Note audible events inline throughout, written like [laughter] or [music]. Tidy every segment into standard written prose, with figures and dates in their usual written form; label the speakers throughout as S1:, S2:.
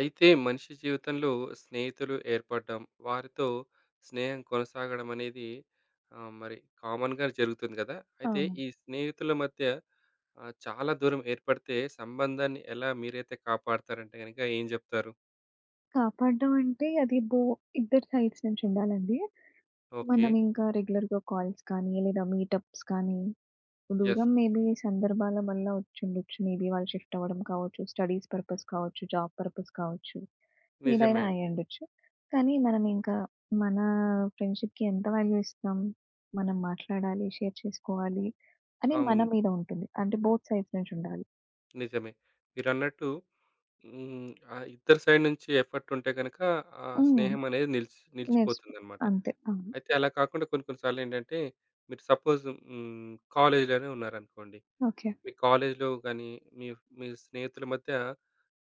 S1: అయితే మనిషి జీవితంలో స్నేహితులు ఏర్పడడం, వారితో స్నేహం కొనసాగడం అనేది మరి కామన్‌గా జరుగుతుంది గదా!
S2: ఆ!
S1: అయితే ఈ స్నేహితుల మధ్య చాలా దూరం ఏర్పడితే సంబంధాన్ని ఎలా మీరైతే కాపాడతారంటే గనక ఏం జెప్తారు?
S2: కాపాడడం అంటే అది ఇద్దరి సైడ్స్ నుంచి ఉండాలండి.
S1: ఓకే.
S2: మనం ఇంకా రెగ్యులర్‌గా కాల్స్ కానీ, లేదా మీటప్స్ కానీ,
S1: యెస్.
S2: దూరం మేబీ సందర్భాల వల్ల వచ్చుండొచ్చు. మేబీ వాళ్ళు షిఫ్ట్ అవ్వడం కావచ్చు, స్టడీస్ పర్పస్ కావచ్చు, జాబ్ పర్పస్ కావచ్చు,
S1: నిజమే
S2: ఏదైనా
S1: అండి.
S2: అయ్యుండొచ్చు. కానీ మనం ఇంకా మన ఫ్రెండ్‌షిప్‌కి ఎంత వాల్యూ ఇస్తాం? మనం మాట్లాడాలి, షేర్ చేసుకోవాలి అని మన
S1: అవును.
S2: మీద ఉంటుంది. అంటే బోత్ సైడ్స్ నుంచి ఉండాలి.
S1: నిజమే. మీరన్నట్టు హ్మ్. ఆ ఇద్దరి సైడ్ నుంచి ఎఫర్ట్ ఉంటే గనక ఆ
S2: హ్మ్.
S1: స్నేహం అనేది నిలిచి
S2: నేర్చుకో
S1: నిలిచిపోతుందన్నమాట.
S2: అంతే. అవును.
S1: అయితే అలా కాకుండా కొన్ని కొన్ని సార్లేంటంటే, మీరు సపోజ్ కాలేజ్‌లోనే ఉన్నారనుకోండి.
S2: ఓకే.
S1: మీ కాలేజ్‌లో గాని, మీ మీ స్నేహితుల మధ్య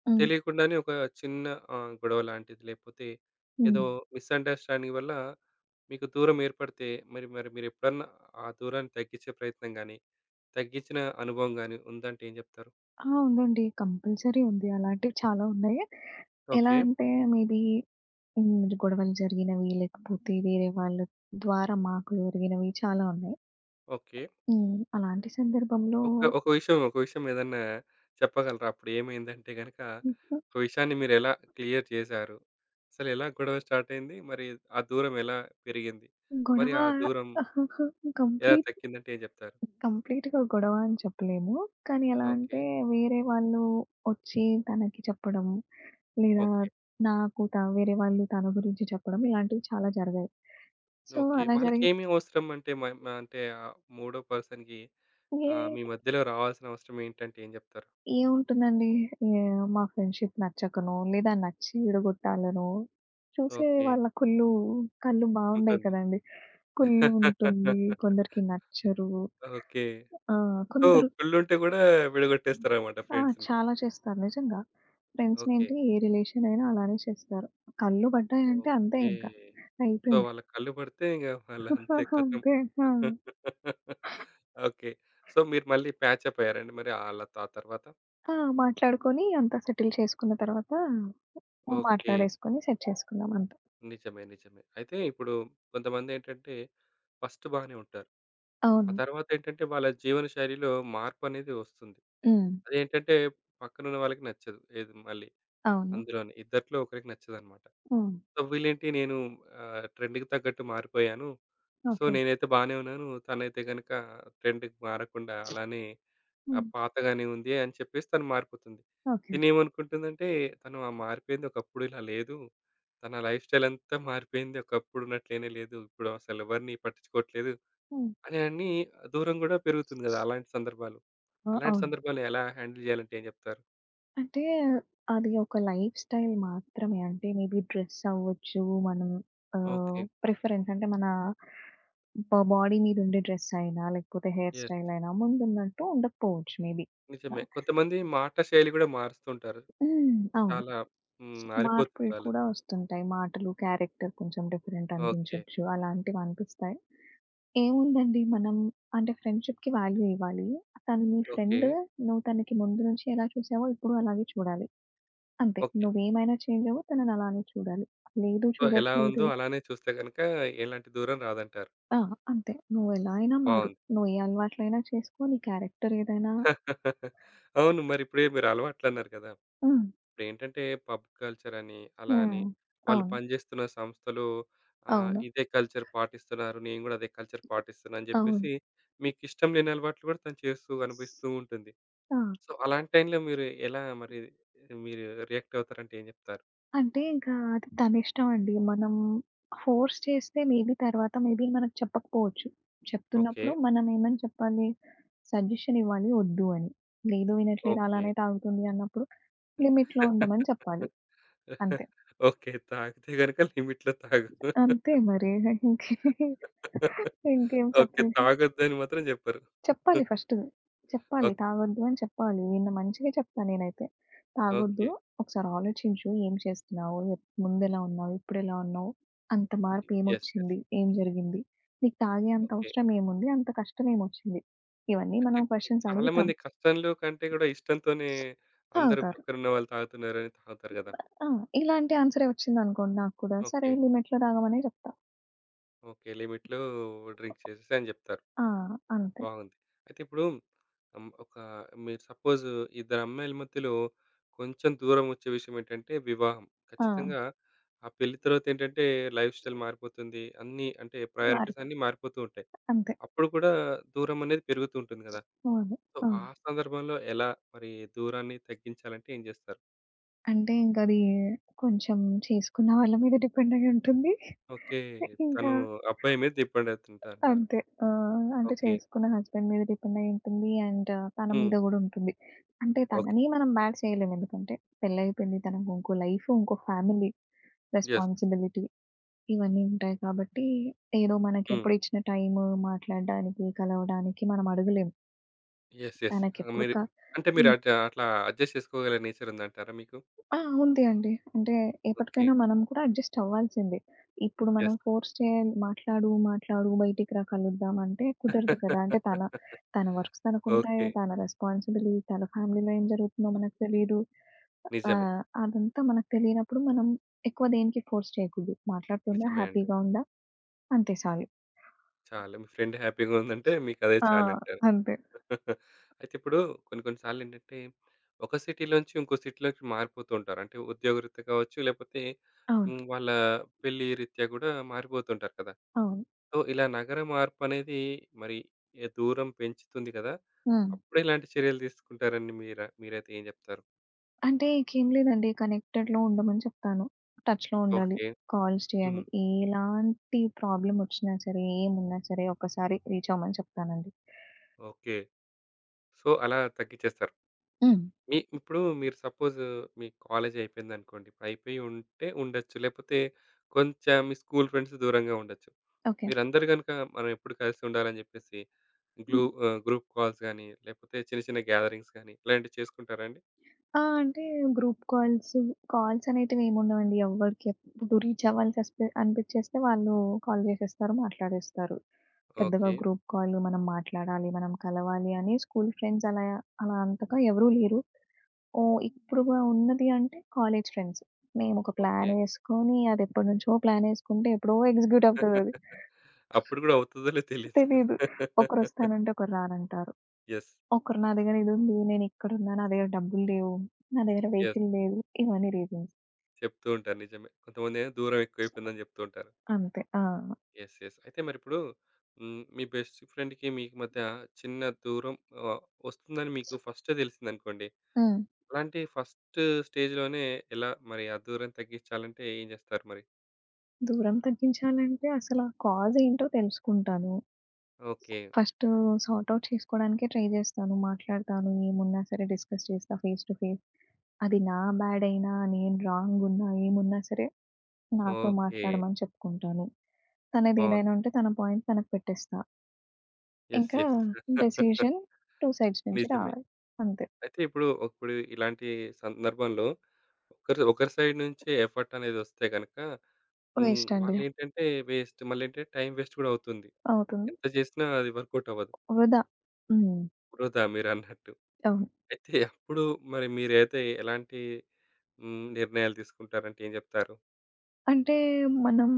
S2: హ్మ్.
S1: తెలియకుండానే ఒక చిన్న గొడవ లాంటిది లేకపోతే
S2: హ్మ్.
S1: ఏదో మిస్‌అండర్‌స్టాండింగ్ వల్ల మీకు దూరం ఏర్పడితే, మరి మరి మీరెప్పుడన్నా ఆ దూరాన్ని తగ్గించే ప్రయత్నం గాని, తగ్గించిన అనుభవం గాని ఉందంటే ఏం చెప్తారు?
S2: ఆ! ఉందండి. కంపల్సరీ ఉంది. అలాంటివి చాలా ఉన్నాయి. ఎలా
S1: ఓకే.
S2: అంటే మేబీ హ్మ్, గొడవలు జరిగినవి, లేకపోతే వేరే వాళ్ళ ద్వారా మాకు జరిగినవి చాలా ఉన్నాయి.
S1: ఓకే.
S2: హ్మ్. అలాంటి సందర్భంలో
S1: ఒక ఒక విషయం, ఒక విషయం ఏదన్నా చెప్పగలరా? అప్పుడు ఏమైందంటే గనక, ఒక విషయాన్ని మీరెలా క్లియర్ చేశారు? అసలెలా గొడవ స్టార్ట్ అయింది? మరి ఆ దూరం ఎలా పెరిగింది? మరి
S2: గొడవ
S1: ఆ దూరం
S2: [laughs]
S1: ఎలా
S2: కంప్లీట్
S1: తగ్గిందంటే ఏం చెప్తారు?
S2: కంప్లీట్‌గా గొడవ అని చెప్పలేము. కానీ ఎలా
S1: ఓకే.
S2: అంటే వేరే వాళ్ళు వచ్చి తనకి చెప్పడం, లేదా
S1: ఓకే.
S2: నాకు వేరే వాళ్ళు తన గురించి చెప్పడం ఇలాంటివి చాలా జరిగాయి. So,
S1: okay.
S2: అలా జరిగి
S1: వాళ్ళకేమి అవసరం అంటే మ మ అంటే ఆహ్, మూడో పర్సన్‌కి
S2: ఏ
S1: మీ మధ్యలో రావాల్సిన అవసరం ఏంటంటే ఏం చెప్తారు?
S2: ఏముంటుందండి? ఏహ్! మా ఫ్రెండ్‌షిప్ నచ్చకనో, లేదా నచ్చి విడగొట్టాలనో, చూసే
S1: ఓకే.
S2: వాళ్ళ కుళ్ళు కళ్ళు బావుండయి
S1: ఉంటుంది.
S2: కదండీ. కుళ్ళు ఉంటుంది,
S1: [laughs]
S2: కొందరికి నచ్చరు.
S1: ఓకే.
S2: ఆహ్,
S1: సో,
S2: కొందరు
S1: కుళ్ళుంటే గూడా విడగొట్టేస్తారన్నమాట
S2: ఆ!
S1: ఫ్రెండ్స్‌ని.
S2: చాలా చేస్తారు నిజంగా.
S1: ఓకే.
S2: ఫ్రెండ్స్‌నేంటి ఏ రిలేషన్ అయినా అలానే చేస్తారు. కళ్ళు పడ్డాయంటే అంతే
S1: ఓకే.
S2: ఇంకా.
S1: సో,
S2: అయిపోయింది.
S1: వాళ్ళ కళ్ళు పడితే ఇంక వాళ్ళంతే
S2: [laughs]
S1: ఖతం.
S2: అంతే. ఆ!
S1: ఓకే. సో, మీరు మళ్ళీ ప్యాచప్ అయ్యారండి మరి ఆళ్ళ ఆ తర్వాత?
S2: ఆ! మాట్లాడుకొని అంతా సెటిల్ చేసుకున్న తర్వాత
S1: ఓకే.
S2: మాట్లాడేసుకొని సెట్ చేసుకున్నాం అంతే.
S1: నిజమే. నిజమే. అయితే ఇప్పుడు కొంతమందేంటంటే ఫస్ట్ బానే ఉంటారు. ఆ
S2: అవును.
S1: తర్వాతేంటంటే వాళ్ళ జీవన శైలిలో మార్పనేది వస్తుంది.
S2: హ్మ్.
S1: అదేంటంటే పక్కనున్న వాళ్ళకి నచ్చదు. ఏది మళ్ళీ
S2: అవును.
S1: అందులోని ఇద్దట్లో ఒకరికి నచ్చదనమాట.
S2: హ్మ్.
S1: సో, వీళ్ళేంటి నేను ట్రెండ్‌కి తగ్గట్టు మారిపోయాను. So,
S2: okay.
S1: నేనైతే బానే ఉన్నాను. తనైతే గనక ట్రెండ్‌కి మారకుండా అలానే ఆ!
S2: హ్మ్.
S1: పాతగానే ఉంది అని చెప్పేసి తను మారిపోతుంది.
S2: ఓకే.
S1: తినేమనుకుంటుందంటే తను ఆ మారిపోయింది ఒకప్పుడు ఇలా లేదు. తన లైఫ్ స్టైల్ అంతా మారిపోయింది. ఒకప్పుడు ఉన్నట్లేనే లేదు. ఇప్పుడు అసలు ఎవరిని పట్టించుకోవట్లేదు
S2: హ్మ్.
S1: అని అని దూరం గూడా పెరుగుతుంది గదా! అలాంటి సందర్భాలు.
S2: ఆ!
S1: అలాంటి
S2: అవును.
S1: సందర్భాలు ఎలా హ్యాండిల్ చేయాలంటే ఏం చెప్తారు?
S2: అంటే అది ఒక లైఫ్ స్టైల్ మాత్రమే. అంటే మేబీ డ్రెస్ అవ్వచ్చు. మనం ఆహ్,
S1: ఓకే.
S2: ప్రిఫరెన్స్ అంటే మన బాడీ మీద ఉండే డ్రెస్ అయినా, లేకపోతే హెయిర్
S1: యెస్.
S2: స్టైల్ అయినా ముందున్నట్టు ఉండకపోవచ్చు మేబీ. ఆ!
S1: నిజమే. కొంతమంది మాట శైలి గూడా మారుస్తుంటారు.
S2: హ్మ్. అవును.
S1: చాలా మారిపోతుంది
S2: మార్పులు
S1: వాళ్ళది.
S2: కూడా వస్తుంటాయి. మాటలు, క్యారెక్టర్ కొంచెం డిఫరెంట్
S1: ఓకే.
S2: అనిపించొచ్చు. అలాంటివి అనిపిస్తాయి. ఏముందండి మనం అంటే ఫ్రెండ్‌షిప్‌కి వాల్యూ ఇవ్వాలి. తను మీ
S1: ఓకే.
S2: ఫ్రెండ్. నువ్వు తనకి ముందు నుంచి ఎలా చూసావో ఇప్పుడు అలాగే చూడాలి. అంతే.
S1: ఓకే.
S2: నువ్వేమైనా చేంజ్ అవ్వు. తనని అలానే చూడాలి. లేదు
S1: సో, ఎలా
S2: చూడట్లేదు
S1: ఉందో అలానే చూస్తే గనుక ఎలాంటి దూరం రాదంటారు.
S2: ఆ! అంతే. నువ్వెలా అయినా మారు.
S1: బావుంది.
S2: నువ్వు ఏ అలవాట్లైనా చేసుకో. నీ క్యారెక్టర్ ఏదైనా
S1: [laughs] అవును. మరిప్పుడే మీరు అలవాట్లన్నారు కదా!
S2: హ్మ్.
S1: ఇప్పుడేంటంటే పబ్ కల్చర్ అని, అలా అని
S2: హ్మ్.
S1: వాళ్ళు
S2: అవును.
S1: పనిజేస్తున్న సంస్థలో
S2: అవును.
S1: ఇదే కల్చర్ పాటిస్తున్నారు. నేను గూడా అదే కల్చర్ పాటిస్తున్నా అని
S2: అవును.
S1: జెప్పేసి మీకిష్టం లేని అలవాట్లు గూడా తను చేస్తూ కనిపిస్తూ ఉంటుంది.
S2: ఆ!
S1: సో, అలాంటి టైంలో మీరు ఎలా మరి మీరు రియాక్ట్ అవుతారంటే ఏం జెప్తారు?
S2: అంటే ఇంకా అది తనిష్టం అండి. మనం ఫోర్స్ చేస్తే మేబీ తర్వాత మేబీ మనకు చెప్పకపోవచ్చు.
S1: ఓకే.
S2: చెప్తున్నప్పుడు మనం ఏమని చెప్పాలి? సజెషన్ ఇవ్వాలి వద్దు అని. లేదు వినట్లేదు
S1: ఓకే.
S2: అలానే తాగుతుంది అన్నప్పుడు లిమిట్‌లో ఉండమని చెప్పాలి.
S1: [laughs]
S2: అంతే.
S1: ఓకే. తాగితే గనుక లిమిట్‌లో తాగు.
S2: అంతే మరి. ఇంకే
S1: [laughs]
S2: ఇంకేం
S1: ఓకే.
S2: చెప్పాలి?
S1: తాగొద్దని మాత్రం జెప్పరు.
S2: చెప్పాలి
S1: [laughs]
S2: ఫస్ట్. చెప్పాలి.
S1: ఓకే.
S2: తాగొద్దు అని చెప్పాలి. నిన్న మంచిగా చెప్తా నేనైతే. తాగొద్దు.
S1: ఓకే.
S2: ఒకసారి ఆలోచించు. ఏం చేస్తున్నావు? ముందెలా ఉన్నావు? ఇప్పుడెలా ఉన్నావు? అంత మార్పు
S1: యెస్. యెస్.
S2: ఏమొచ్చింది? ఏం జరిగింది? నీకు తాగే అంత
S1: ఓకే.
S2: అవసరం ఏముంది? అంత కష్టం ఏమొచ్చింది? ఇవన్నీ
S1: అంటే
S2: మనం క్వెషన్స్ అడుగుతాం.
S1: చాలామంది కష్టంలో కంటే గూడా ఇష్టంతోనే అందరూ
S2: తాగుతారు.
S1: పక్కనున్న వాళ్ళు తాగుతున్నారని తాగుతారు గదా!
S2: ఆ! ఇలాంటి ఆన్సరే వచ్చిందనుకోండి నాకు కూడా, సరే
S1: ఓకే.
S2: లిమిట్‌లో తాగమనే చెప్తా.
S1: ఓకే. లిమిట్‌లో డ్రింక్ చేసేసి అని జెప్తారు.
S2: ఆ! అంతే.
S1: బాగుంది. అయితే ఇప్పుడు హ్మ్. ఒక మీరు సపోజ్ ఇద్దరు అమ్మాయిల మధ్యలో కొంచెం దూరం వచ్చే విషయం ఏంటంటే వివాహం.
S2: ఆ!
S1: ఖచ్చితంగా ఆ పెళ్లి తర్వాత ఏంటంటే లైఫ్ స్టైల్ మారిపోతుంది. అన్నీ అంటే ప్రయారిటీస్
S2: మార్పు.
S1: అన్నీ మారిపోతూ ఉంటాయి.
S2: అంతే.
S1: అప్పుడు కూడా దూరం అనేది పెరుగుతూ ఉంటుంది గదా!
S2: అవును.
S1: సో, ఆ
S2: అవును.
S1: సందర్భంలో ఎలా మరి దూరాన్ని తగ్గించాలంటే ఏం చేస్తారు?
S2: అంటే ఇంకది కొంచెం చేసుకున్న వాళ్ళ మీద డిపెండ్ అయ్యి ఉంటుంది.
S1: ఓకే.
S2: ఇంకా
S1: తను అబ్బాయి మీద డిపెండవుతుందంటారు.
S2: అంతే. ఆహ్, అంటే
S1: ఓకే.
S2: చేసుకున్న హస్బెండ్ మీద డిపెండ్ అయ్యి ఉంటుంది. అండ్ తన
S1: హ్మ్.
S2: మీద గూడా ఉంటుంది. అంటే
S1: ఓకే.
S2: తనని మనం బ్యాడ్ చేయలేము. ఎందుకంటే పెళ్లయిపోయింది. తనకు ఇంకో లైఫ్, ఇంకో ఫ్యామిలీ
S1: యెస్.
S2: రెస్పాన్సిబిలిటీ ఇవన్నీ ఉంటాయి కాబట్టి, ఏదో
S1: హ్మ్.
S2: మనకెప్పుడు ఇచ్చిన టైము మాట్లాడడానికి, కలవడానికి మనం అడగలేం.
S1: యెస్. యెస్.
S2: తనకెప్పుడు
S1: మీరు అంటే మీరు అట్లా అడ్జస్ట్ చేసుకోగల నేచర్ ఉందంటారా మీకు?
S2: ఆ! ఉంది అండి. అంటే
S1: ఓకే.
S2: ఎప్పటికైనా మనం కూడా అడ్జస్ట్ అవ్వాల్సిందే. ఇప్పుడు మనం
S1: యెస్.
S2: ఫోర్స్ చేయాలి మాట్లాడు, మాట్లాడు బయటికి రా కలుద్దాం అంటే కుదరదు కదా! అంటే తన
S1: [laughs]
S2: తన వర్క్స్ తనకుంటాయి.
S1: ఓకే.
S2: తన రెస్పాన్సిబిలిటీ తన ఫ్యామిలీలో ఏం జరుగుతుందో మనకు తెలీదు.
S1: నిజమే.
S2: ఆహ్, అదంతా మనకు తెలియనప్పుడు మనం ఎక్కువ దేనికి ఫోర్స్ చేయకూడదు. మాట్లాడుతుందా?
S1: నిజమే అండి.
S2: హ్యాపీగా ఉందా? అంతే చాలు.
S1: చాలు. మీ ఫ్రెండ్ హ్యాపీగా ఉందంటే మీకు అదే
S2: ఆ!
S1: చాలంటారు.
S2: అంతే.
S1: అయితే ఇప్పుడు కొన్ని కొన్ని సార్లు ఏంటంటే, ఒక సిటీ నుంచి ఇంకో సిటీలోకి మారిపోతూ ఉంటారు. అంటే ఉద్యోగరీత్యా కావచ్చు, లేకపోతే
S2: అవును.
S1: వాళ్ళ పెళ్లి రీత్యా కూడా మారిపోతుంటారు కదా!
S2: అవును.
S1: సో, ఇలా నగర మార్పు అనేది మరి ఏ దూరం పెంచుతుంది కదా!
S2: హ్మ్.
S1: అప్పుడు ఎలాంటి చర్యలు తీసుకుంటారని మీరైతే ఏం చెప్తారు?
S2: అంటే ఇంకేం లేదండి. కనెక్టెడ్‌లో ఉండమని చెప్తాను. టచ్‌లో ఉండాలి.
S1: ఓకే.
S2: కాల్స్ చేయాలి.
S1: హ్మ్.
S2: ఎలాంటి ప్రాబ్లమ్ వచ్చినా సరే, ఏమున్నా సరే ఒక్కసారి రీచ్ అవ్వమని చెప్తానండి.
S1: ఓకే. సో, అలా తగ్గిచ్చేస్తారు.
S2: హ్మ్.
S1: ఇప్పుడు మీరు సపోజ్ మీ కాలేజ్ అయిపోయిందనుకోండి. అయిపోయి ఉంటే ఉండొచ్చు. లేకపోతే కొంచెం మీ స్కూల్ ఫ్రెండ్స్ దూరంగా ఉండొచ్చు.
S2: ఓకే.
S1: మీరందరూ గనుక మనం ఎప్పుడు కలిసి ఉండాలని జెప్పేసి
S2: హ్మ్.
S1: గ్రూప్ కాల్స్ గాని, లేకపోతే చిన్న చిన్న గ్యాదరింగ్స్ గాని ఇలాంటివి చేసుకుంటారా అండి?
S2: ఆ! అంటే గ్రూప్ కాల్స్, కాల్స్ అనేటివేముండవండి. ఎవ్వరికి ఎప్పుడు రీచ్ అవ్వాల్సొస్తే అనిపిచ్చేస్తే వాళ్ళు కాల్ జేసేస్తారు, మాట్లాడేస్తారు. పెద్దగా
S1: ఓకే.
S2: గ్రూప్ కాల్ మనం మాట్లాడాలి, మనం కలవాలి అని స్కూల్ ఫ్రెండ్స్ అలా అలా అంతగా ఎవరూ లేరు. ఓహ్! ఇప్పుడుగా ఉన్నది అంటే కాలేజ్ ఫ్రెండ్స్. మేమొక
S1: ఓకే.
S2: ప్లానేసుకొని అదెప్పటినుంచో ప్లానేసుకుంటే ఎప్పుడో ఎగ్జిక్యూట్ అవుతదది.
S1: అప్పుడు గూడా అవుతదో లేదో తెలీదు.
S2: తెలీదు.
S1: [laughs]
S2: ఒకరొస్తానంటే ఒకరు రానంటారు.
S1: యెస్.
S2: ఒకరు నా దగ్గర ఇదుంది. నేనిక్కడున్నా. నా దగ్గర డబ్బులు లేవు. నా దగ్గర
S1: యెస్.
S2: వెహికల్ లేదు. ఇవన్నీ రీజన్స్.
S1: చెప్తూ ఉంటారు నిజమే. కొంతమందేమో దూరం ఎక్కువైపోయిందని జెప్తూ ఉంటారు.
S2: అంతే. ఆ!
S1: యెస్. యెస్. అయితే మరిప్పుడు మీ బెస్ట్ ఫ్రెండ్‌కి మీకు మధ్య చిన్న దూరం ఆహ్, వస్తుందని మీకు ఫస్టే తెలిసిందనుకోండి.
S2: హ్మ్.
S1: అలాంటి ఫస్ట్ స్టేజ్‌లోనే ఎలా మరి ఆ దూరం తగ్గించాలంటే ఏం చేస్తారు మరి?
S2: దూరం తగ్గించాలంటే అసల కాజ్ ఏంటో తెలుసుకుంటాను.
S1: ఓకే.
S2: ఫస్టు సార్ట్ ఔట్ చేసుకోవడానికే ట్రై జేస్తాను. మాట్లాడతాను. ఏమున్నా సరే డిస్కస్ చేస్తా ఫేస్ టు ఫేస్. అది నా బ్యాడ్ అయినా, నేను రాంగున్నా, ఏమున్నా సరే నాతో
S1: ఓకే.
S2: మాట్లాడమని చెప్పుకుంటాను.
S1: బావుంది.
S2: తనదేదైనా ఉంటే తన పాయింట్ తనకు పెట్టేస్తా.
S1: యెస్.
S2: ఇంకా
S1: యెస్. [laughs]
S2: డెసిషన్ 2 సైడ్స్ నుంచి
S1: నిజమే.
S2: రావాలి. అంతే.
S1: అయితే ఇప్పుడు ఇప్పుడు ఇలాంటి సందర్భంలో ఒకరి ఒకరి సైడ్ నుంచి ఎఫర్ట్ అనేది వస్తే గనక
S2: వేస్ట్ అండి.
S1: వాళ్ళేంటంటే వేస్ట్ మళ్ళేంటంటే టైం వేస్ట్ కూడా అవుతుంది.
S2: అవుతుంది.
S1: ఎంత చేసినా అది వర్కౌట్ అవ్వదు.
S2: వృధా. హ్మ్.
S1: వృధా మీరన్నట్టు.
S2: అవును.
S1: అయితే అప్పుడు మరి మీరైతే ఎలాంటి నిర్ణయాలు తీసుకుంటారంటే ఏం జెప్తారు?
S2: అంటే మనం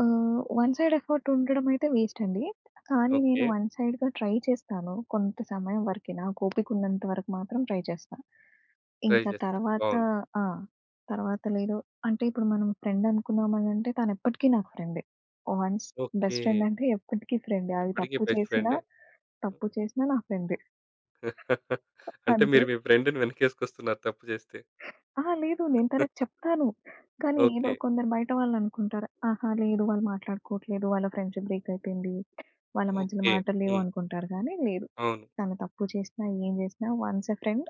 S2: ఆహ్, వన్ సైడ్ ఎఫర్ట్ ఉండడం అయితే వేస్ట్ అండి. కానీ నేను
S1: ఓకే.
S2: వన్ సైడ్‌గా ట్రై చేస్తాను. కొంత సమయం వరకే నాకు ఓపికున్నంత వరకు మాత్రం ట్రై చేస్తా.
S1: ట్రై
S2: ఇంకా
S1: జేస్తారు.
S2: తర్వాత
S1: బావుంది.
S2: ఆ! తర్వాత లేదు అంటే ఇప్పుడు మనం ఫ్రెండ్ అనుకున్నామనంటే తనెప్పటికీ నాకు ఫ్రెండే. Once
S1: okay.
S2: బెస్ట్ ఫ్రెండ్ అంటే ఎప్పటికీ ఫ్రెండే. అది
S1: ఎప్పటికి
S2: తప్పు
S1: బెస్ట్
S2: చేసినా,
S1: ఫ్రెండే.
S2: తప్పు చేసినా నా ఫ్రెండే
S1: [laughs] అంటే
S2: అంతే.
S1: మీరు మీ ఫ్రెండ్‌ని వెనకేసుకొస్తున్నారు తప్పు జేస్తే.
S2: ఆ! లేదు. నేను తనకి చెప్తాను. కానీ ఏదో
S1: ఓకే.
S2: కొందరు బయట వాళ్ళనుకుంటారు. ఆహా! లేదు వాళ్ళు మాట్లాడుకోవట్లేదు. వాళ్ళ ఫ్రెండ్షిప్ బ్రేక్ అయిపోయింది. వాళ్ళ మధ్యలో
S1: ఓకే.
S2: మాటలు లేవు
S1: హ్మ్.
S2: అనుకుంటారు గానీ లేదు.
S1: అవును.
S2: తను తప్పు చేసినా, ఏం చేసినా once a friend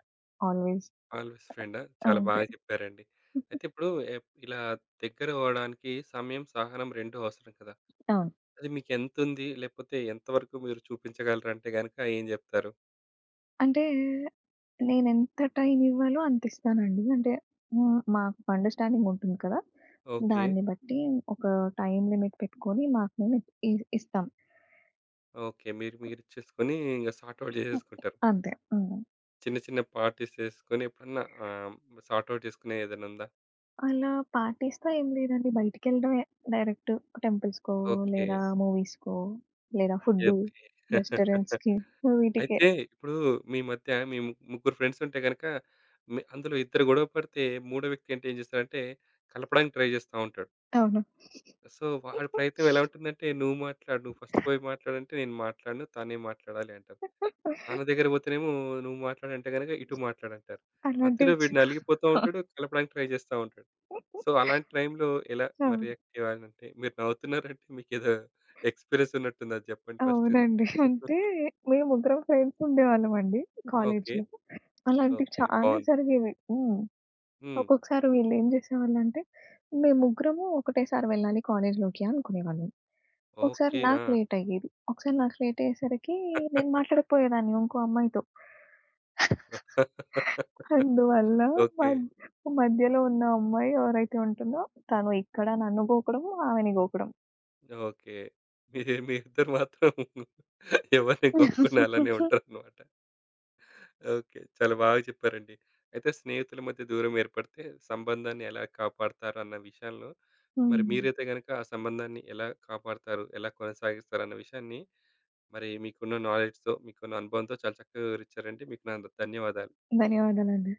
S2: always
S1: always ఫ్రెండా? చాలా బాగా
S2: అంతే.
S1: చెప్పారండి. అయితే ఇప్పుడు ఇలా దగ్గర అవ్వడానికి సమయం, సహనం 2 అవసరం కదా!
S2: అవును.
S1: అది మీకెంతుంది? లేకపోతే ఎంతవరకు మీరు చూపించగలరంటే గనక ఏం జెప్తారు?
S2: అంటే నేనెంత టైమ్ ఇవ్వాలో అంత ఇస్తానండి. అంటే హ్మ్, మాకు అండర్‌స్టాండింగ్ ఉంటుంది కదా!
S1: ఓకే.
S2: దాన్ని బట్టి ఒక టైమ్ లిమిట్ పెట్టుకొని మాకు మేము ఇ ఇస్తాం.
S1: ఓకే. మీరు మీరిచ్చేసుకొని ఇంగ సార్ట్ ఔట్
S2: ఓకే.
S1: జేసేసుకుంటారు.
S2: అంతే. హ్మ్.
S1: చిన్న చిన్న పార్టీస్ చేసుకొని ఎప్పుడన్నా సార్ట్ ఔట్ చేసుకునే ఏదైనుందా?
S2: అలా పార్టీస్‌తో ఏం లేదండి. బయటికెళ్ళడమే డైరెక్ట్ టెంపుల్స్‌కో,
S1: ఓకే.
S2: లేదా మూవీస్‌కో, లేదా ఫుడ్డు,
S1: యెప్. [laughs]
S2: రెస్టారెంట్స్‌కి వీటికే.
S1: అయితే ఇప్పుడు మీ మధ్య మీ ముగ్గురు ఫ్రెండ్స్ ఉంటే గనక మీ అందులో ఇద్దరు గొడవ పడితే మూడో వ్యక్తి అంటే ఏం చేస్తాడంటే కలపడానికి ట్రై జేస్తా ఉంటాడు.
S2: అవును.
S1: సో, వాడి ప్రయత్నం ఎలా ఉంటుందంటే నువ్వు మాట్లాడు. నువ్వు ఫస్ట్ పోయి మాట్లాడంటే నేను మాట్లాడను. తనే మాట్లాడాలి అంటారు. తన దగ్గర పోతేనేమో నువ్వు మాట్లాడంటే గనుక ఇటు మాట్లాడంటారు. మధ్యలో
S2: అలాంటివి
S1: వీడు నలిగిపోతూ ఉంటాడు. కలపడానికి ట్రై చేస్తా ఉంటాడు. సో, అలాంటి టైంలో ఎలా మరి
S2: అవును.
S1: రియాక్ట్ అవ్వాలంటే మీరు నవ్వుతున్నారంటే మీకేదో ఎక్స్‌పీరియన్స్ ఉన్నట్టుంది. అది చెప్పండి ఫస్ట్?
S2: అవునండి. అంటే మేము ముగ్గురం ఫ్రెండ్స్ ఉండేవాళ్ళమండి
S1: ఓకే.
S2: కాలేజీలో. అలాంటివి
S1: ఓకే.
S2: చాలా
S1: బావుంది.
S2: జరిగేవి. హ్మ్.
S1: హ్మ్.
S2: ఒక్కొక్కసారి వీళ్ళేం చేసేవాళ్ళంటే, మేము ముగ్గురము ఒకటేసారి వెళ్ళాలి కాలేజీలోకి అనుకునేవాళ్ళం. ఒకసారి
S1: ఓకే. ఆ!
S2: నాకు లేటయ్యేది. ఒకసారి నాకు లేటయ్యేసరికి నేను మాట్లాడకపోయేదాన్ని ఇంకో అమ్మాయితో.
S1: [laughs]
S2: అందువల్ల
S1: ఓకే.
S2: మధ్ మధ్యలో ఉన్న అమ్మాయి ఎవరైతే ఉంటుందో తను ఇక్కడ నన్ను గోకడం, ఆమెని గోకడం.
S1: ఓకే. మీ మీరిద్దరు మాత్రం [laughs] ఎవరిని గోక్కుండా అలానే
S2: [laughs]
S1: ఉంటారన్నమాట. ఓకే. చాలా బాగా చెప్పారండి. అయితే స్నేహితుల మధ్య దూరం ఏర్పడితే సంబంధాన్ని ఎలా కాపాడతారు అన్న విషయంలో, మరి
S2: హ్మ్.
S1: మీరైతే గనుక ఆ సంబంధాన్ని ఎలా కాపాడతారు? ఎలా కొనసాగిస్తారు అన్న విషయాన్ని, మరి మీకున్న నాలెడ్జ్‌తో, మీకున్న అనుభవంతో చాలా చక్కగా వివరించారండి. మీకు నా ధన్యవాదాలు.
S2: ధన్యవాదాలండి.